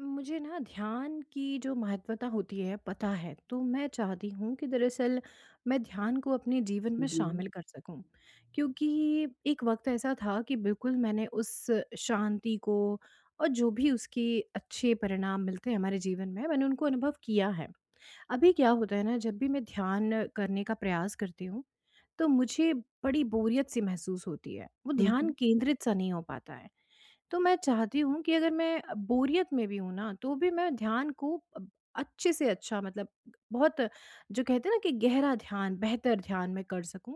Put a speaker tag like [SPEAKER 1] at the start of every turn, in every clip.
[SPEAKER 1] मुझे ना ध्यान की जो महत्वता होती है पता है, तो मैं चाहती हूँ कि दरअसल मैं ध्यान को अपने जीवन में
[SPEAKER 2] जी।
[SPEAKER 1] शामिल कर सकूँ। क्योंकि एक वक्त ऐसा था कि बिल्कुल मैंने उस शांति को और जो भी उसके अच्छे परिणाम मिलते हैं हमारे जीवन में, मैंने उनको अनुभव किया है। अभी क्या होता है ना, जब भी मैं ध्यान करने का प्रयास करती हूँ, तो मुझे बड़ी बोरियत सी महसूस होती है। वो
[SPEAKER 2] हुँ,
[SPEAKER 1] ध्यान
[SPEAKER 2] हुँ।
[SPEAKER 1] केंद्रित सा नहीं हो पाता है। तो मैं चाहती हूँ कि अगर मैं बोरियत में भी हूँ ना, तो भी मैं ध्यान को अब अच्छे से अच्छा, मतलब बहुत, जो कहते हैं ना कि गहरा ध्यान, बेहतर ध्यान मैं कर सकूँ।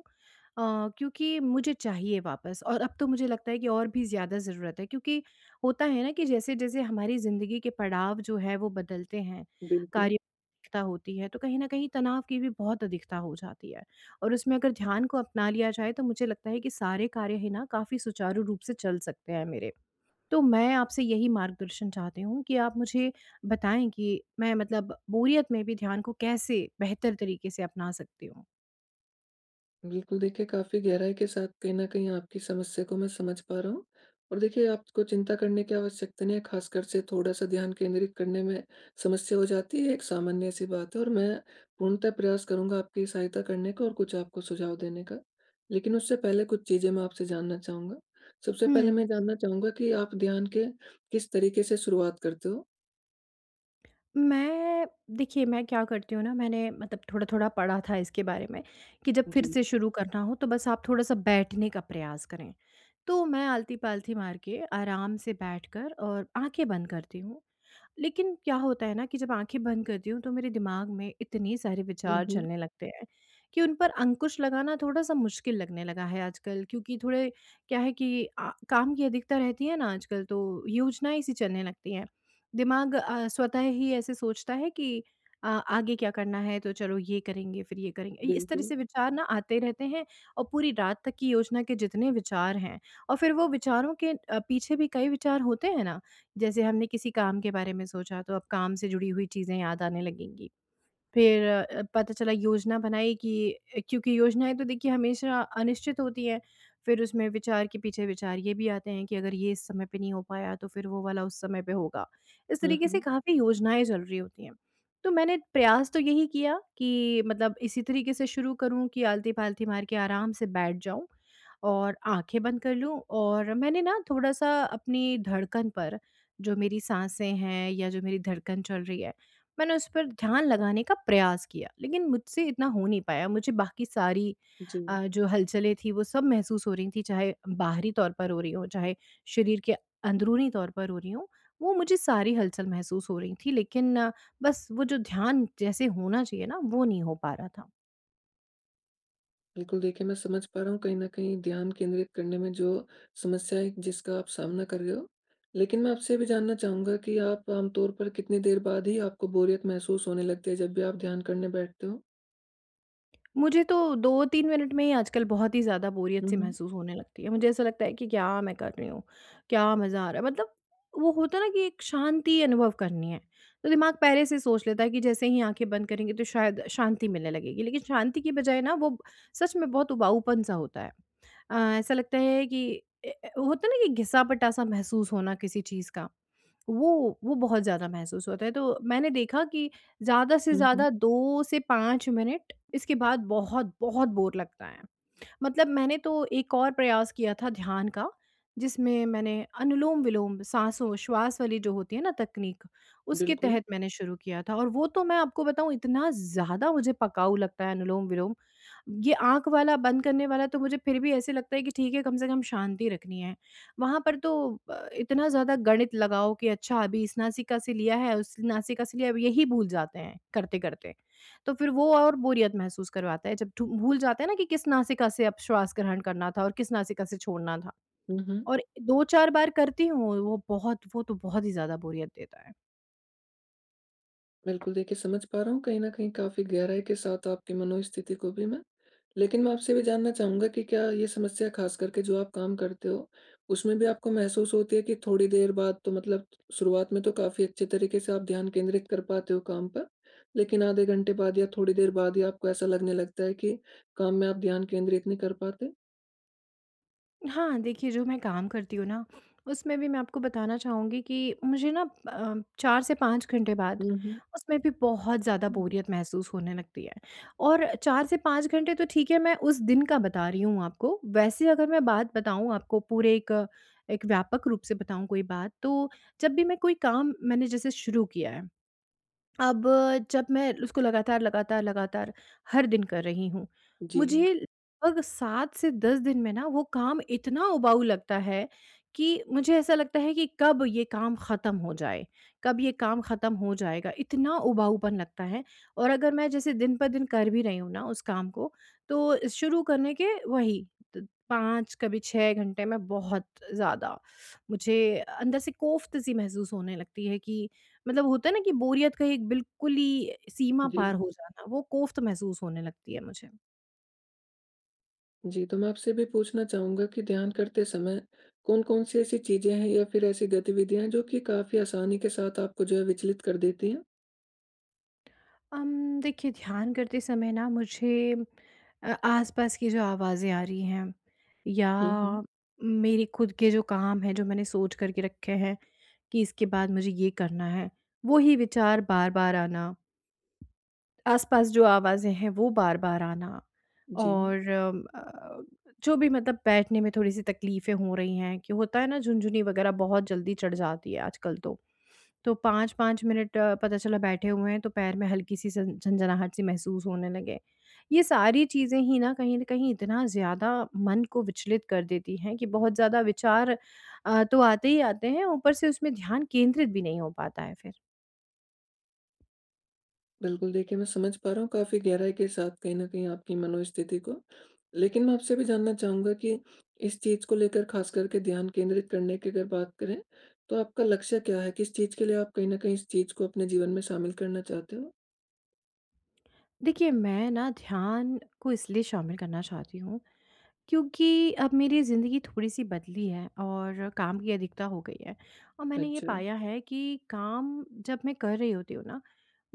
[SPEAKER 1] क्योंकि मुझे चाहिए वापस। और अब तो मुझे लगता है कि और भी ज़्यादा ज़रूरत है, क्योंकि होता है ना कि जैसे-जैसे हमारी ज़िंदगी के पड़ाव जो है वो बदलते हैं,
[SPEAKER 2] बिल्कुल,
[SPEAKER 1] कार्य अधिकता होती है, तो कहीं न कहीं तनाव की भी बहुत अधिकता हो जाती है। और उसमें अगर ध्यान को अपना लिया जाए, तो मुझे लगता है कि सारे कार्य है ना काफ़ी सुचारू रूप से चल सकते हैं मेरे। तो मैं आपसे यही मार्गदर्शन चाहती हूँ कि आप मुझे बताएँ कि मैं, मतलब बोरियत में भी ध्यान को कैसे बेहतर तरीके से अपना सकती हूँ?
[SPEAKER 2] बिल्कुल देखिए काफ़ी गहराई के साथ कहीं न कहीं आपकी समस्या को मैं समझ पा रहा हूँ। और देखिए आपको चिंता करने की आवश्यकता नहीं है, ख़ासकर से थोड़ा-सा ध्यान केंद्रित करने में समस्या हो जाती है, एक सामान्य-सी बात है। और मैं पूर्णतः प्रयास करूँगा आपकी सहायता करने का और कुछ आपको सुझाव देने का। लेकिन उससे पहले कुछ चीज़ें मैं आपसे जानना चाहूँगा। सबसे पहले
[SPEAKER 1] हुँ।
[SPEAKER 2] मैं जानना चाहूँगा कि आप ध्यान के किस तरीके से शुरुआत करते हो?
[SPEAKER 1] मैं, देखिए, मैं क्या करती हूँ ना, मैंने मतलब थोड़ा-थोड़ा पढ़ा था इसके बारे में कि जब फिर
[SPEAKER 2] जी।
[SPEAKER 1] से शुरू करना हो तो बस आप थोड़ा-सा बैठने का प्रयास करें। तो मैं आलती-पालती मार के आराम से बैठकर और आँखें बंद करती हूँ। लेकिन क्या होता है ना कि जब आँखें बंद करती हूँ, तो मेरे दिमाग में इतने सारे
[SPEAKER 2] हुँ,
[SPEAKER 1] विचार
[SPEAKER 2] हुँ।
[SPEAKER 1] चलने लगते हैं कि उन पर अंकुश लगाना थोड़ा-सा मुश्किल लगने लगा है आजकल। क्योंकि थोड़े क्या है कि काम की अधिकता रहती है ना आजकल, तो योजनाएँ सी चलने लगती हैं। दिमाग स्वतः ही ऐसे सोचता है कि आगे क्या करना है, तो चलो ये करेंगे, फिर ये करेंगे। इस तरह
[SPEAKER 2] बिल्कुल।
[SPEAKER 1] से विचार ना आते रहते हैं, और पूरी रात तक की योजना के जितने विचार हैं और फिर वो विचारों के पीछे भी कई विचार होते हैं ना। जैसे हमने किसी काम के बारे में सोचा, तो अब काम से जुड़ी हुई चीज़ें याद आने लगेंगी। फिर पता चला योजना बनाई कि, क्योंकि योजनाएँ तो देखिए हमेशा अनिश्चित होती हैं, फिर उसमें विचार के पीछे विचार ये भी आते हैं कि अगर ये इस समय पे नहीं हो पाया, तो फिर वो वाला उस समय पे होगा। इस
[SPEAKER 2] हुँ,
[SPEAKER 1] तरीके से
[SPEAKER 2] हुँ।
[SPEAKER 1] काफ़ी योजनाएँ चल रही होती हैं। तो मैंने प्रयास तो यही किया कि मतलब इसी तरीके से शुरू करूँ कि आलती-पालती मार के आराम से बैठ जाऊँ और आँखें बंद कर लूँ। और मैंने ना थोड़ा-सा अपनी धड़कन पर, जो मेरी साँसें हैं या जो मेरी धड़कन चल रही है, मैंने उस पर ध्यान लगाने का प्रयास किया, लेकिन मुझसे इतना हो नहीं पाया। मुझे बाकी सारी
[SPEAKER 2] जी।
[SPEAKER 1] जो हलचलें थी वो सब महसूस हो रही थी, चाहे बाहरी तौर पर हो रही हों, चाहे शरीर के अंदरूनी तौर पर हो रही हों, वो मुझे सारी हलचल महसूस हो रही थी। लेकिन बस वो जो ध्यान जैसे होना चाहिए ना, वो नहीं हो पा रहा था।
[SPEAKER 2] बिल्कुल, देखिए मैं समझ पा रहा हूँ कहीं न कहीं ध्यान केंद्रित करने में जो समस्या है, जिसका आप सामना कर रहे हो। लेकिन मैं आपसे ये भी जानना चाहूँगा कि आप आमतौर पर कितनी देर बाद ही आपको बोरियत महसूस होने लगती है, जब भी आप ध्यान करने बैठते हो?
[SPEAKER 1] मुझे तो 2-3 मिनट में ही आजकल बहुत ही ज़्यादा बोरियत
[SPEAKER 2] हुँ,
[SPEAKER 1] सी
[SPEAKER 2] हुँ।
[SPEAKER 1] महसूस होने लगती है। मुझे ऐसा लगता है कि क्या मैं कर रही हूँ? क्या मज़ा आ रहा है? मतलब वो होता है ना कि एक शांति अनुभव करनी है, तो दिमाग पहले से सोच लेता है कि जैसे ही आँखें बंद करेंगे तो शायद शांति मिलने लगेगी। लेकिन शांति की बजाय ना वो सच में बहुत उबाऊपन-सा होता है। ऐसा लगता है कि ए ए होता है ना कि घिसा-पिटा-सा महसूस होना किसी चीज़ का, वो बहुत ज़्यादा महसूस होता है। तो मैंने देखा कि ज़्यादा से
[SPEAKER 2] हुँ, हुँ।
[SPEAKER 1] ज़्यादा 2 से 5 मिनट, इसके बाद बहुत, बहुत बोर लगता है। मतलब मैंने तो एक और प्रयास किया था ध्यान का, जिसमें मैंने अनुलोम-विलोम, साँसों, श्वास वाली जो होती है ना तकनीक, उसके
[SPEAKER 2] बिल्कुल।
[SPEAKER 1] तहत मैंने शुरू किया था, और वो तो मैं आपको बताऊँ, इतना ज़्यादा मुझे पकाऊ लगता है अनुलोम-विलोम। ये आँख वाला बंद करने वाला तो मुझे फिर भी ऐसे लगता है कि ठीक है, कम से कम शांति रखनी है। वहाँ पर तो इतना ज़्यादा गणित लगाओ कि अच्छा, अभी इस नासिका से लिया है, उस नासिका से लिया है, अब यही भूल जाते हैं करते-करते। तो फिर वो और बोरियत महसूस करवाता है, जब ढू भूल जाते हैं ना कि किस नासिका से अब श्वास ग्रहण करना था और किस नासिका से छोड़ना था।
[SPEAKER 2] हुँ, हुँ।
[SPEAKER 1] और 2-4 बार करती हूँ, वो तो बहुत ही ज़्यादा बोरियत देता है।
[SPEAKER 2] बिल्कुल, देखिए समझ पा रहा हूँ कहीं न कहीं काफ़ी गहराई के साथ आपकी मनोस्थिति को भी मैं। लेकिन मैं आपसे भी जानना चाहूँगा कि क्या ये समस्या ख़ास करके जो आप काम करते हो, उसमें भी आपको महसूस होती है कि थोड़ी देर बाद तो मतलब शुरुआत में तो काफ़ी अच्छे तरीके से आप ध्यान केंद्रित कर पाते हो काम पर, लेकिन आधे घंटे बाद या थोड़ी देर बाद ही आपको ऐसा लगने लगता है कि काम में आप ध्यान केंद्रित नहीं कर पाते?
[SPEAKER 1] हाँ, देखिए जो मैं काम करती हूँ ना, उसमें भी मैं आपको बताना चाहूँगी कि मुझे ना अ, 4 से 5 घंटे बाद
[SPEAKER 2] हुँ, हुँ।
[SPEAKER 1] उसमें भी बहुत ज़्यादा बोरियत महसूस होने लगती है। और 4 से 5 घंटे तो ठीक है, मैं उस दिन का बता रही हूँ आपको। वैसे अगर मैं बात बताऊँ आपको पूरे एक एक व्यापक रूप से बताऊँ कोई बात, तो जब भी मैं कोई काम, मैंने जैसे शुरू किया है, अब जब मैं उसको लगातार, लगातार, लगातार हर दिन कर रही हूँ,
[SPEAKER 2] जी,
[SPEAKER 1] मुझे लगभग 7 से 10 दिन में ना वो काम इतना उबाऊ लगता है कि मुझे ऐसा लगता है कि कब ये काम ख़त्म हो जाए, कब ये काम ख़त्म हो जाएगा, इतना उबाऊपन लगता है। और अगर मैं जैसे दिन पर दिन कर भी रही हूँ ना उस काम को, तो शुरू करने के वही त 5 कभी 6 घंटे में बहुत ज़्यादा मुझे अंदर से कोफ़्त-सी महसूस होने लगती है कि मतलब होता है ना कि बोरियत का एक बिल्कुल ही सीमा
[SPEAKER 2] जी।
[SPEAKER 1] पार हो जाना, वो कोफ्त महसूस होने लगती है मुझे।
[SPEAKER 2] जी, तो मैं आपसे भी पूछना चाहूँगा कि ध्यान करते समय कौन-कौन सी ऐसी चीज़ें हैं या फिर ऐसी गतिविधियाँ, जो कि काफ़ी आसानी के साथ आपको जो है विचलित कर देती हैं?
[SPEAKER 1] देखिए ध्यान करते समय ना मुझे आस-पास की जो आवाज़ें आ रही हैं, या
[SPEAKER 2] हुँ, हुँ।
[SPEAKER 1] मेरे खुद के जो काम हैं, जो मैंने सोच कर के रखे हैं कि इसके बाद मुझे ये करना है, वो ही विचार बार-बार आना। आस-पास जो आवाज़ें हैं वो बार-बार आना।
[SPEAKER 2] जी,
[SPEAKER 1] और जो भी मतलब बैठने में थोड़ी-सी तकलीफ़ें हो रही हैं कि होता है ना, झुनझुनी वग़ैरह बहुत जल्दी चढ़ जाती है आजकल तो। तो 5-5 मिनट पता चला बैठे हुए हैं तो पैर में हल्की-सी झन झनझनाहट सी महसूस होने लगे। ये सारी चीज़ें ही ना कहीं न कहीं इतना ज़्यादा मन को विचलित कर देती हैं कि बहुत ज़्यादा विचार तो आते ही आते हैं, ऊपर से उसमें ध्यान केंद्रित भी नहीं हो पाता है फिर।
[SPEAKER 2] बिल्कुल देखिए मैं समझ पा रहा हूँ काफ़ी गहराई के साथ कहीं न कहीं आपकी मनोस्थिति को। लेकिन मैं आपसे भी जानना चाहूँगा कि इस चीज़ को लेकर ख़ास करके ध्यान केंद्रित करने की अगर बात करें, तो आपका लक्ष्य क्या है? किस चीज़ के लिए आप कहीं न कहीं इस चीज़ को अपने जीवन में शामिल करना चाहते हो?
[SPEAKER 1] देखिए मैं ना ध्यान को इसलिए शामिल करना चाहती हूँ, क्योंकि अब मेरी ज़िंदगी थोड़ी-सी बदली है और काम की अधिकता हो गई है और मैंने ये
[SPEAKER 2] अच्छा।
[SPEAKER 1] पाया है कि काम जब मैं कर रही होती हूँ ना,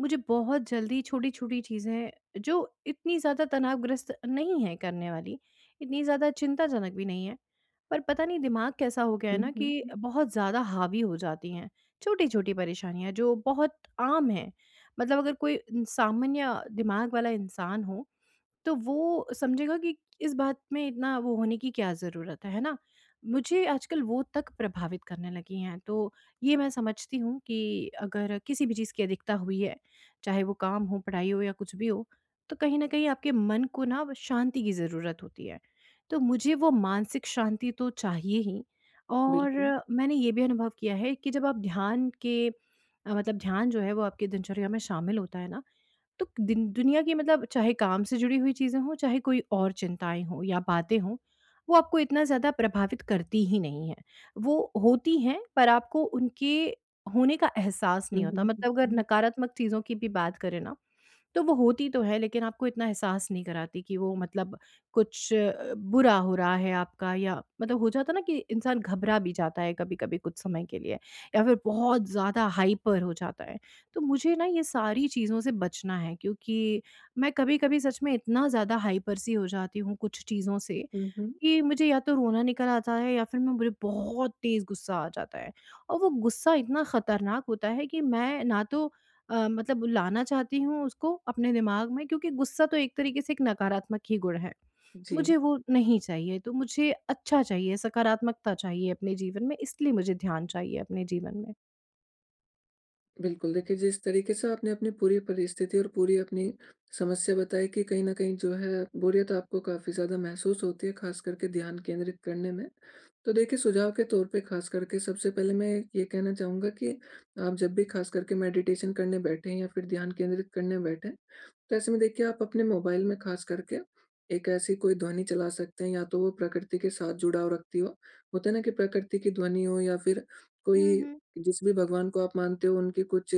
[SPEAKER 1] मुझे बहुत जल्दी छोटी-छोटी चीज़ें, जो इतनी ज़्यादा तनावग्रस्त नहीं हैं करने वाली, इतनी ज़्यादा चिंताजनक भी नहीं है, पर पता नहीं दिमाग कैसा हो गया है
[SPEAKER 2] हुँ,
[SPEAKER 1] ना कि
[SPEAKER 2] हुँ।
[SPEAKER 1] बहुत ज़्यादा हावी हो जाती हैं। छोटी-छोटी परेशानियाँ जो बहुत आम हैं, मतलब अगर कोई सामान्य दिमाग वाला इंसान हो तो वो समझेगा कि इस बात में इतना वो होने की क्या ज़रूरत है ना? मुझे आजकल वो तक प्रभावित करने लगी हैं, तो ये मैं समझती हूँ कि अगर किसी भी चीज़ की अधिकता हुई है, चाहे वो काम हो, पढ़ाई हो या कुछ भी हो, तो कहीं न कहीं आपके मन को ना व शांति की ज़रूरत होती है। तो मुझे वो मानसिक शांति तो चाहिए ही। और
[SPEAKER 2] बिल्कुल।
[SPEAKER 1] मैंने ये भी अनुभव किया है कि जब आप ध्यान के मतलब ध्यान जो है वो आपकी दिनचर्या में शामिल होता है ना, तो दिन दुनिया की, मतलब चाहे काम से जुड़ी हुई चीज़ें हों, चाहे कोई और चिंताएँ हों या बातें हों, वो आपको इतना ज़्यादा प्रभावित करती ही नहीं हैं। वो होती हैं पर आपको उनके होने का एहसास
[SPEAKER 2] हुँ,
[SPEAKER 1] नहीं होता। मतलब अगर
[SPEAKER 2] हुँ।
[SPEAKER 1] नकारात्मक चीज़ों की भी बात करें ना, तो वो होती तो है, लेकिन आपको इतना एहसास नहीं कराती कि वो मतलब कुछ बुरा हो रहा है आपका। या मतलब हो जाता ना कि इंसान घबरा भी जाता है कभी-कभी कुछ समय के लिए, या फिर बहुत ज़्यादा हाइपर हो जाता है। तो मुझे ना ये सारी चीज़ों से बचना है, क्योंकि मैं कभी-कभी सच में इतना ज़्यादा हाइपर सी हो जाती हूँ कुछ चीज़ों से
[SPEAKER 2] हुँ, हुँ।
[SPEAKER 1] कि मुझे या तो रोना निकल आता है या फिर मैं मुझे बहुत तेज़ गुस्सा आ जाता है। और वो गुस्सा इतना खतरनाक होता है कि मैं ना तो मतलब लाना चाहती हूँ उसको अपने दिमाग में, क्योंकि गुस्सा तो एक तरीके से एक नकारात्मक ही गुण है।
[SPEAKER 2] जी।
[SPEAKER 1] मुझे वो नहीं चाहिए, तो मुझे अच्छा चाहिए, सकारात्मकता चाहिए अपने जीवन में, इसलिए मुझे ध्यान चाहिए अपने जीवन में।
[SPEAKER 2] बिल्कुल, देखिए जिस तरीके से आपने अपनी पूरी परिस्थिति और पूरी अपनी समस्या बताई कि कहीं न कहीं जो है बोरियत आपको काफ़ी ज़्यादा महसूस होती है, ख़ास करके ध्यान केंद्रित करने में। तो देखिए सुझाव के तौर पे ख़ास करके सबसे पहले मैं ये कहना चाहूँगा कि आप जब भी ख़ास करके मेडिटेशन करने बैठें या फिर ध्यान केंद्रित करने बैठें, तो ऐसे में देखिए आप अपने मोबाइल में खास करके एक ऐसी कोई ध्वनि चला सकते हैं, या तो वो प्रकृति के साथ जुड़ाव रखती हो, होता है ना कि प्रकृति की ध्वनि हो, या फिर
[SPEAKER 1] हुँ,
[SPEAKER 2] कोई
[SPEAKER 1] हुँ।
[SPEAKER 2] जिस भी भगवान को आप मानते हो उनकी कुछ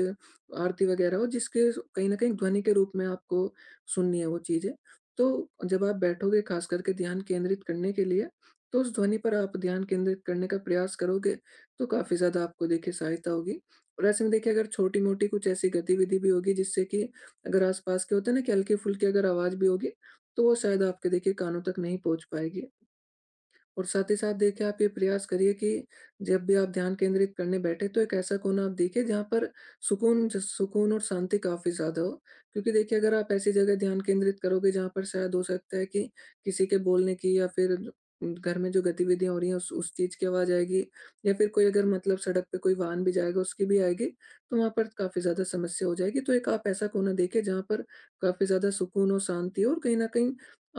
[SPEAKER 2] आरती वगैरह हो, जिसके कहीं ना कहीं ध्वनि के रूप में आपको सुननी है वो चीजें। तो जब आप बैठोगे खास करके ध्यान केंद्रित करने के लिए, तो उस ध्वनि पर आप ध्यान केंद्रित करने का प्रयास करोगे, तो काफी ज्यादा आपको देखिए सहायता होगी। और ऐसे में देखिए अगर छोटी मोटी कुछ ऐसी गतिविधि भी होगी, जिससे कि अगर आस-पास के होते हैं ना कि हल्की-फुल्की अगर आवाज़ भी होगी, तो वो शायद आपके देखिए कानों तक नहीं पहुँच पाएगी। और साथ ही साथ देखिए आप ये प्रयास करिए कि जब भी आप ध्यान केंद्रित करने बैठे, तो एक ऐसा कोना आप देखिए जहाँ पर सुकून सुकून और शांति काफ़ी ज़्यादा हो। क्योंकि देखिए अगर आप ऐसी जगह ध्यान केंद्रित करोगे जहाँ पर शायद हो सकता है कि किसी के बोलने की या फिर घर में जो गतिविधियाँ हो रही हैं उस चीज़ की आवाज़ आएगी, या फिर कोई अगर मतलब सड़क पे कोई वाहन भी जाएगा उसकी भी आएगी, तो वहाँ पर काफ़ी ज़्यादा समस्या हो जाएगी। तो एक आप ऐसा कोना देखिए जहाँ पर काफ़ी ज़्यादा सुकून हो, शांति हो और कहीं न कहीं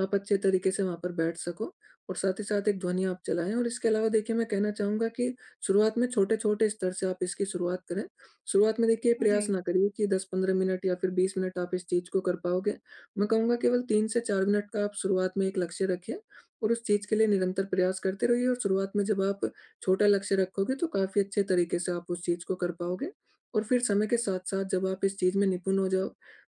[SPEAKER 2] आप अच्छे तरीके से वहाँ पर बैठ सको। और साथ ही साथ एक ध्वनि आप चलाएँ, और इसके अलावा देखिए मैं कहना चाहूँगा कि शुरुआत में छोटे-छोटे स्तर से आप इसकी शुरुआत करें। शुरुआत में देखिए प्रयास
[SPEAKER 1] जी।
[SPEAKER 2] ना करिए कि 10-15 मिनट या फिर 20 मिनट आप इस चीज़ को कर पाओगे। मैं कहूँगा केवल 3 से 4 मिनट का आप शुरुआत में एक लक्ष्य रखिए, और उस चीज़ के लिए निरंतर प्रयास करते रहिए। और शुरुआत में जब आप छोटा लक्ष्य रखोगे, तो काफ़ी अच्छे तरीके से आप उस चीज़ को कर पाओगे। और फिर समय के साथ-साथ जब आप इस चीज़ में निपुण हो जाओ,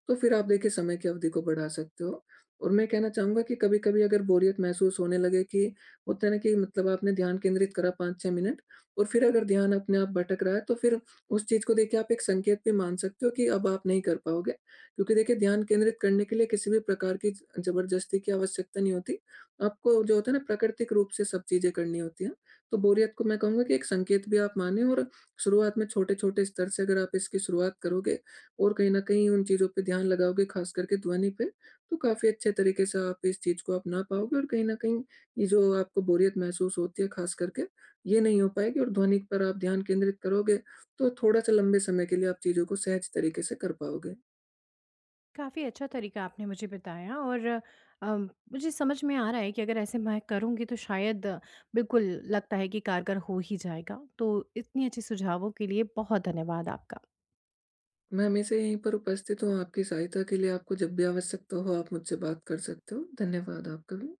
[SPEAKER 2] तो फिर आप देखिए समय की अवधि को बढ़ा सकते हो। और मैं कहना चाहूँगा कि कभी-कभी अगर बोरियत महसूस होने लगे कि होता है ना कि मतलब आपने ध्यान केंद्रित करा 5-6 मिनट और फिर अगर ध्यान अपने आप भटक रहा है, तो फिर उस चीज़ को देखिए आप एक संकेत भी मान सकते हो कि अब आप नहीं कर पाओगे। क्योंकि देखिए ध्यान केंद्रित करने के लिए किसी भी प्रकार की ज ज़बरदस्ती की आवश्यकता नहीं होती। आपको जो होता है ना प्राकृतिक रूप से सब चीज़ें करनी होती हैं। तो बोरियत को मैं कहूँगा कि एक संकेत भी आप मानें, और शुरुआत में छोटे-छोटे स्तर से अगर आप इसकी शुरुआत करोगे और कहीं न कहीं उन चीज़ों पे ध्यान लगाओगे, खास करके ध्वनि पे, तो काफ़ी अच्छे तरीके से आप इस चीज़ को अपना पाओगे और कहीं न कहीं ये जो आपको बोरियत महसूस होती है ख़ास करके, ये नहीं हो पाएगी, और ध्वनि पर आप ध्यान केंद्रित करोगे, तो थोड़ा-सा लंबे समय के लिए आप चीज़ों को सहज तरीके से कर पाओगे।
[SPEAKER 1] काफ़ी अच्छा तरीका आपने मुझे बताया। और अ, मुझे समझ में आ रहा है कि अगर ऐसे मैं करूँगी तो शायद बिल्कुल लगता है कि कारगर हो ही जाएगा। तो इतनी अच्छी सुझावों के लिए बहुत धन्यवाद आपका।
[SPEAKER 2] मैं हमेशा यहीं पर उपस्थित हूँ आपकी सहायता के लिए, आपको जब भी आवश्यकता हो आप मुझसे बात कर सकते हो। धन्यवाद आपका भी।